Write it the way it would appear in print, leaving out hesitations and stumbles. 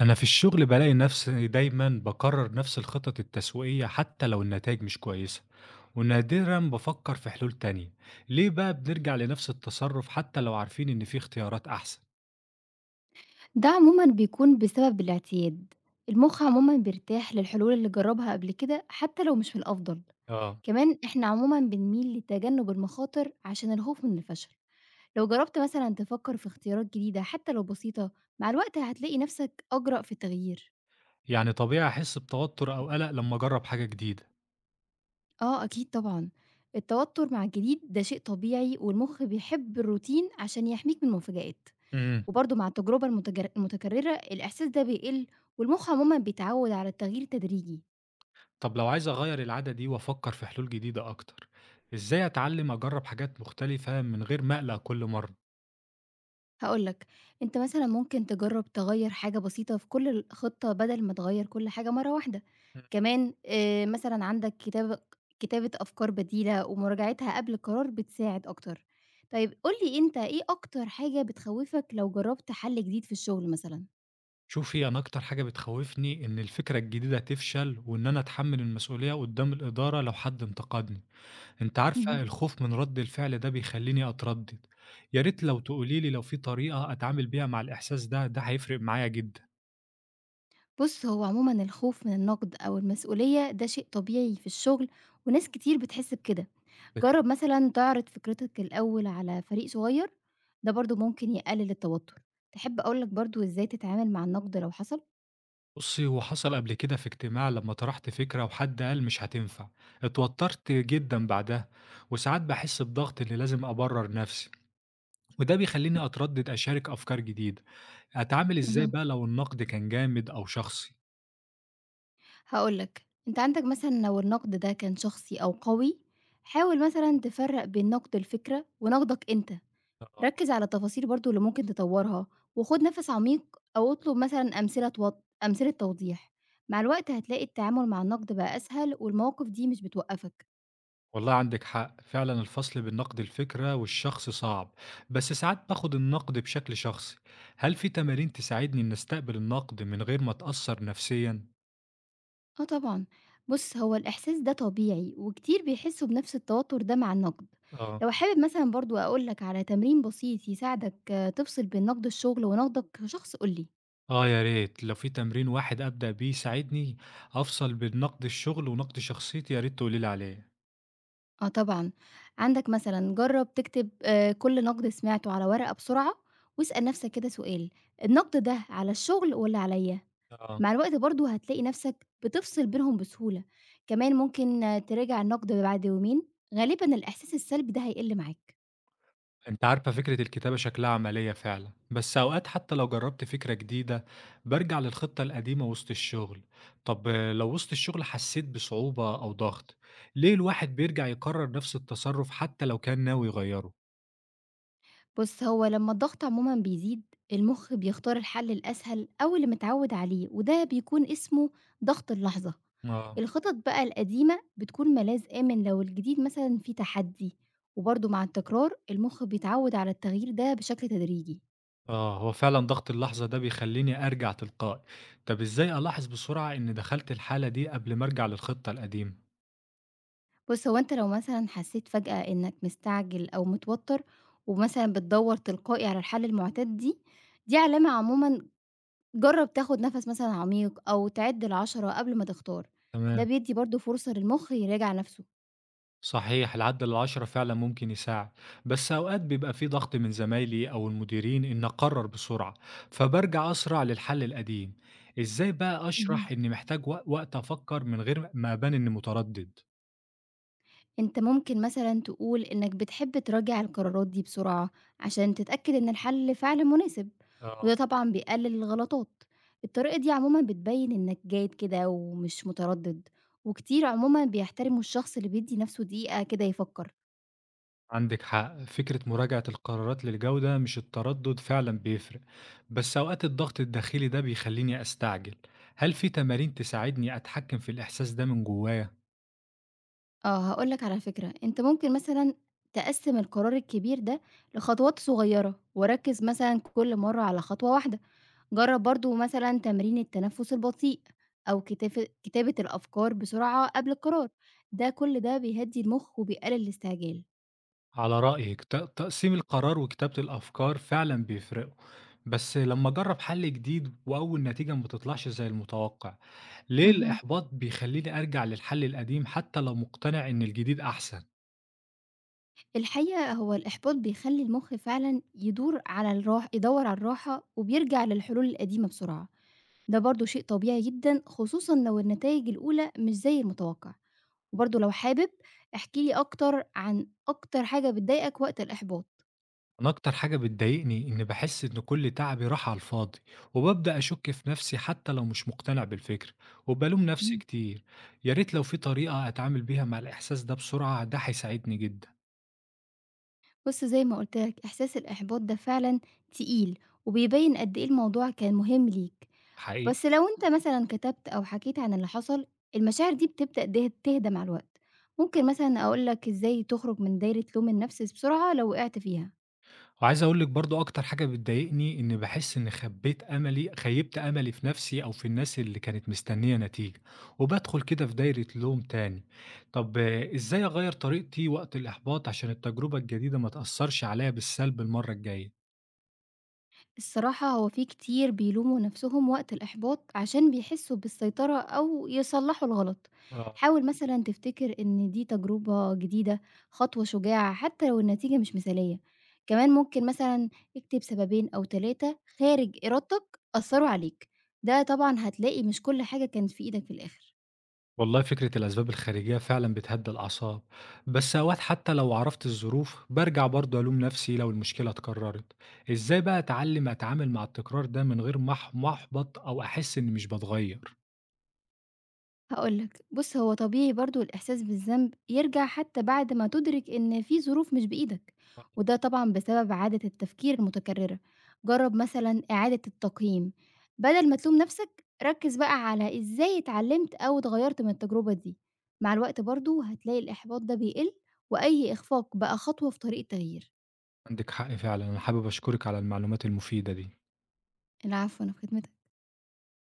أنا في الشغل بالاقي نفسي دايمًا باكرر نفس الخطط التسويقية حتى لو النتايج مش كويسة، ونادرًا بافكر في حلول تانية، ليه بقى بنرجع لنفس التصرف حتى لو عارفين إن في اختيارات أحسن؟ ده عمومًا بيكون بسبب الاعتياد، المُخ عمومًا بيرتاح للحلول اللي جرّبها قبل كده حتى لو مش الأفضل، آه، كمان إحنا عمومًا بنميل لتجنُّب المخاطر عشان الخوف من الفشل، لو جرّبت مثلًا تفكّر في اختيارات جديدة حتى لو بسيطة، مع الوقت هتلاقي نَفْسك أجرأ في التغيير. يعني طبيعي أحس بتوتر أو قلق لما أجرب حاجة جديدة. آه أكيد طبعًا، التوتُّر مع الجديد ده شيء طبيعي والمُخ بيحب الروتين عشان يحميك من المفاجآت، امم، وبرضه مع التجربة المتكرّرة الإحساس ده بيقِل والمُخ عمومًا بيتعوّد على التغيير التدريجي. طب لو عايز أغير العادة دي وأفكر في حلول جديدة أكتر، إزاي أتعلم أجرب حاجات مختلفة من غير ما أقلق كل مرة؟ هاقول لك، أنت مثلًا ممكن تجرّب تغيّر حاجة بسيطة في كل الخطة بدل ما تغيّر كل حاجة مرّة واحدة، كمان مثلًا عندك كتابة أفكار بديلة ومراجعتها قبل القرار بتساعد أكتر. طيب قُل لي أنت إيه أكتر حاجة بتخوّفك لو جرّبت حل جديد في الشغل مثلًا؟ شوفي أنا أكتر حاجة بتخوّفني إن الفكرة الجديدة تفشل، وإن أنا أتحمّل المسؤولية قدّام الإدارة لو حد انتقدني، أنتِ عارفة اهم. الخوف من رَد الفعل ده بيخلّيني أتردد، يا ريت لو تقولي لي لو في طريقة أتعامل بيها مع الإحساس ده، ده هيفرق معايا جدًا. بُص، هو عمومًا الخوف من النقد أو المسؤولية ده شيء طبيعي في الشغل وناس كتير بتحس بكده. عندِك جرّب حق. مثلًا تعرض فكرتك الأول على فريق صغير، ده برضه ممكن يقلل التوتر. تحب أقول لك برضه إزاي تتعامل مع النقد لو حصل؟ بُصّي، هو حصل قبل كده في اجتماع لمّا طرحت فكرة وحد قال مش هتنفع، اتوترت جدًا بعدها، وساعات باحس بضغط إني لازم أبرّر نفسي. وده بيخلّيني أتردد أشارك أفكار جديدة، أتعامل إزاي اهم. بقى لو النقد كان جامد أو شخصي؟ هاقول لك، أنت عندك مثلًا لو النقد ده كان شخصي أو قوي، حاول مثلًا تفرّق بين نقد الفكرة ونقدك أنت. آه. ركّز على التفاصيل برضه اللي ممكن تطورها، وخُد نَفَس عميق أو اطلب مثلًا أمثلة توضيح. مع الوقت هتلاقي التعامل مع النقد بقى أسهل والمواقف دي مش بتوقّفك. والله عندِك حق، فعلًا الفصل بين نقد الفكرة والشخص صعب، بس ساعات باخد النقد بشكل شخصي، هل في تمارين تساعدني إني أستقبل النقد من غير ما أتأثر نفسيًا؟ آه طبعًا، بُص هو الإحساس ده طبيعي، وكتير بيحسّوا بنفْس التوتر ده مع النقد، آه، لو حابب مثلًا برضه أقول لك على تمرين بسيط يساعدك آه، تفصل بين نقد الشغل ونقدك كشخص قُل لي. آه يا ريت لو في تمرين واحد أبدأ بيه يساعدني أفصل بين نقد الشغل ونقد شخصيتي يا ريت تقولي لي عليه. آه طبعًا، عندك مثلًا جرّب تكتب كل نقد سمعته على ورقة بسرعة، واسأل نفْسك كده سؤال، النقد ده على الشغل والّا عليّا؟ آه. مع الوقت برضه هتلاقي نفْسك بتفصل بينهم بسهولة، كمان ممكن آه، تراجع النقد بعد يومين، غالبًا الإحساس السلبي ده هيقِل معاك. انت عارفة فكرة الكتابة شكلها عملية فعلا، بس اوقات حتى لو جربت فكرة جديدة برجع للخطة القديمة وسط الشغل. طب لو وسط الشغل حسيت بصعوبة او ضغط، ليه الواحد بيرجع يكرر نفس التصرف حتى لو كان ناوي يغيره؟ بُص، هو لمّا الضغط عمومًا بيزيد، المُخ بيختار الحل الأسهل أو اللي متعوّد عليه وده بيكون اسمه ضغط اللحظة. اه. الخطط بقى القديمة بتكون ملاذ آمن لو الجديد مثلًا فيه تحدي، وبرضه مع التكرار المُخ بيتعوّد على التغيير ده بشكل تدريجي. اه، هو فعلا ضغط اللحظة ده بيخليني ارجع تلقائي. طب ازاي الاحظ بسرعة ان دخلت الحالة دي قبل ما ارجع للخطة القديمة؟ بُص، هو أنت لو مثلًا حسّيت فجأة إنّك مستعجل أو متوتّر ومثلًا بتدوّر تلقائي على الحل المُعتاد دي، دي علامة عمومًا جرّب تاخد نَفَس مثلًا عميق أو تعِد ال10 قبل ما تختار، ده تمام. بيدّي برضه فرصة للمُخ يراجع نَفْسه. صحيح، العد العشرة فعلا ممكن يساعد، بس أوقات بيبقى في ضغط من زمايلي أو المديرين إن أقرر بسرعة، فبرجع أسرع للحل القديم. إزاي بقى اهم. أشرح إني محتاج وقت أفكر من غير ما أبان إني متردد؟ أنت ممكن مثلًا تقول إنّك بتحب تراجع القرارات دي بسرعة عشان تتأكد إن الحل فعلًا مناسب، آه. وده طبعًا بيقلل الغلطات. الطريقة دي عمومًا بتبيّن إنّك جاد كده ومش متردد، وكتير عمومًا بيحترموا الشخص اللي بيدّي نَفْسه دقيقة كده يفكّر. عندك حق، فكرة مراجعة القرارات للجودة مش التردد فعلا بيفرق، بس أوقات الضغط الداخلي ده بيخليني أستعجل. هل في تمارين تساعدني أتحكم في الإحساس ده من جوايا؟ آه، هاقول لك على فكرة، أنت ممكن مثلًا تقسّم القرار الكبير ده لخطوات صغيرة، وركّز مثلًا كل مرّة على خطوة واحدة، جرّب برضه مثلًا تمرين التنفس البطيء، أو كتابة الأفكار بسرعة قبل القرار، ده كل ده بيهدّي المُخ وبيقلل الاستعجال. على رأيِك تقسيم القرار وكتابة الأفكار فعلًا بيفرقوا، بس لمّا أجرّب حل جديد وأول نتيجة ما تطلعش زي المتوقع، ليه اهم. الإحباط بيخلّيني أرجع للحل القديم حتى لو مقتنع إن الجديد أحسن؟ الحقيقة هو الإحباط بيخلّي المُخ فعلًا يدور على الراح يدوّر على الراحة، وبيرجع للحلول القديمة بسرعة، ده برضه شيء طبيعي جدًا، خصوصًا لو النتايج الأولى مش زي المتوقّع. وبرضه لو حابب احكِ لي أكتر عن أكتر حاجة بتضايقك وقت الإحباط. أنا أكتر حاجة بتضايقني إني باحس إن كل تعبي راح على الفاضي، وبابدأ أشُك في نفسي حتى لو مش مقتنع بالفكرة، وبالوم نفسي إمم. كتير، يا ريت لو في طريقة أتعامل بيها مع الإحساس ده بسرعة، ده هيساعدني جدًا، بُص زي ما قُلت لك إحساس الإحباط ده فعلًا تقيل، وبيبين قد إيه الموضوع كان مهم ليك، حقيقي. بس لو أنت مثلًا كتبت أو حكيت عن اللي حصل، المشاعر دي بتبدأ تهدى مع الوقت. ممكن مثلًا أقول لك إزاي تخرج من دايرة لوم النفس بسرعة لو وقعت فيها. وعايز أقول لِك برضه أكتر حاجة بتضايقني إني باحس إني خبّيت أملي خيّبت أملي في نفسي أو في الناس اللي كانت مستنية نتيجة، وبادخل كده في دايرة لوم تاني. طب إزاي أغيّر طريقتي وقت الإحباط عشان التجربة الجديدة ما تأثّرش عليّا بالسلب المرّة الجاية؟ الصراحة هو في كتير بيلوموا نفسهم وقت الإحباط عشان بيحسوا بالسيطرة أو يصلحوا الغلط. آه. حاول مثلا تفتكر إن دي تجربة جديدة خطوة شجاعة حتى لو النتيجة مش مثالية. كمان ممكن مثلا اكتب 2 أو 3 خارج إرادتك أثروا عليك. ده طبعا هتلاقي مش كل حاجة كانت في إيدك في الآخر. والله فكرة الأسباب الخارجية فعلًا بتهدّي الأعصاب، بس أوقات حتى لو عرفت الظروف بارجع برضه ألوم نفسي لو المشكلة اتكرّرت. إزاي بقى أتعلّم أتعامل مع التكرار ده من غير ما أحبط أو أحس إني مش باتغيّر؟ هاقول لك، بُص هو طبيعي برضه الإحساس بالذنب يرجع حتى بعد ما تدرك إن في ظروف مش بإيدك، وده طبعًا بسبب عادة التفكير المتكررة، جرّب مثلًا إعادة التقييم، بدل ما تلوم نفسك ركّز بقى على إزاي اتعلمت أو اتغيّرت من التجربة دي، مع الوقت برضه هتلاقي الإحباط ده بيقل، وأي إخفاق بقى خطوة في طريق التغيير. عندِك حق فعلًا، أنا حابب أشكرِك على المعلومات المفيدة دي. العفو، أنا في خدمتك.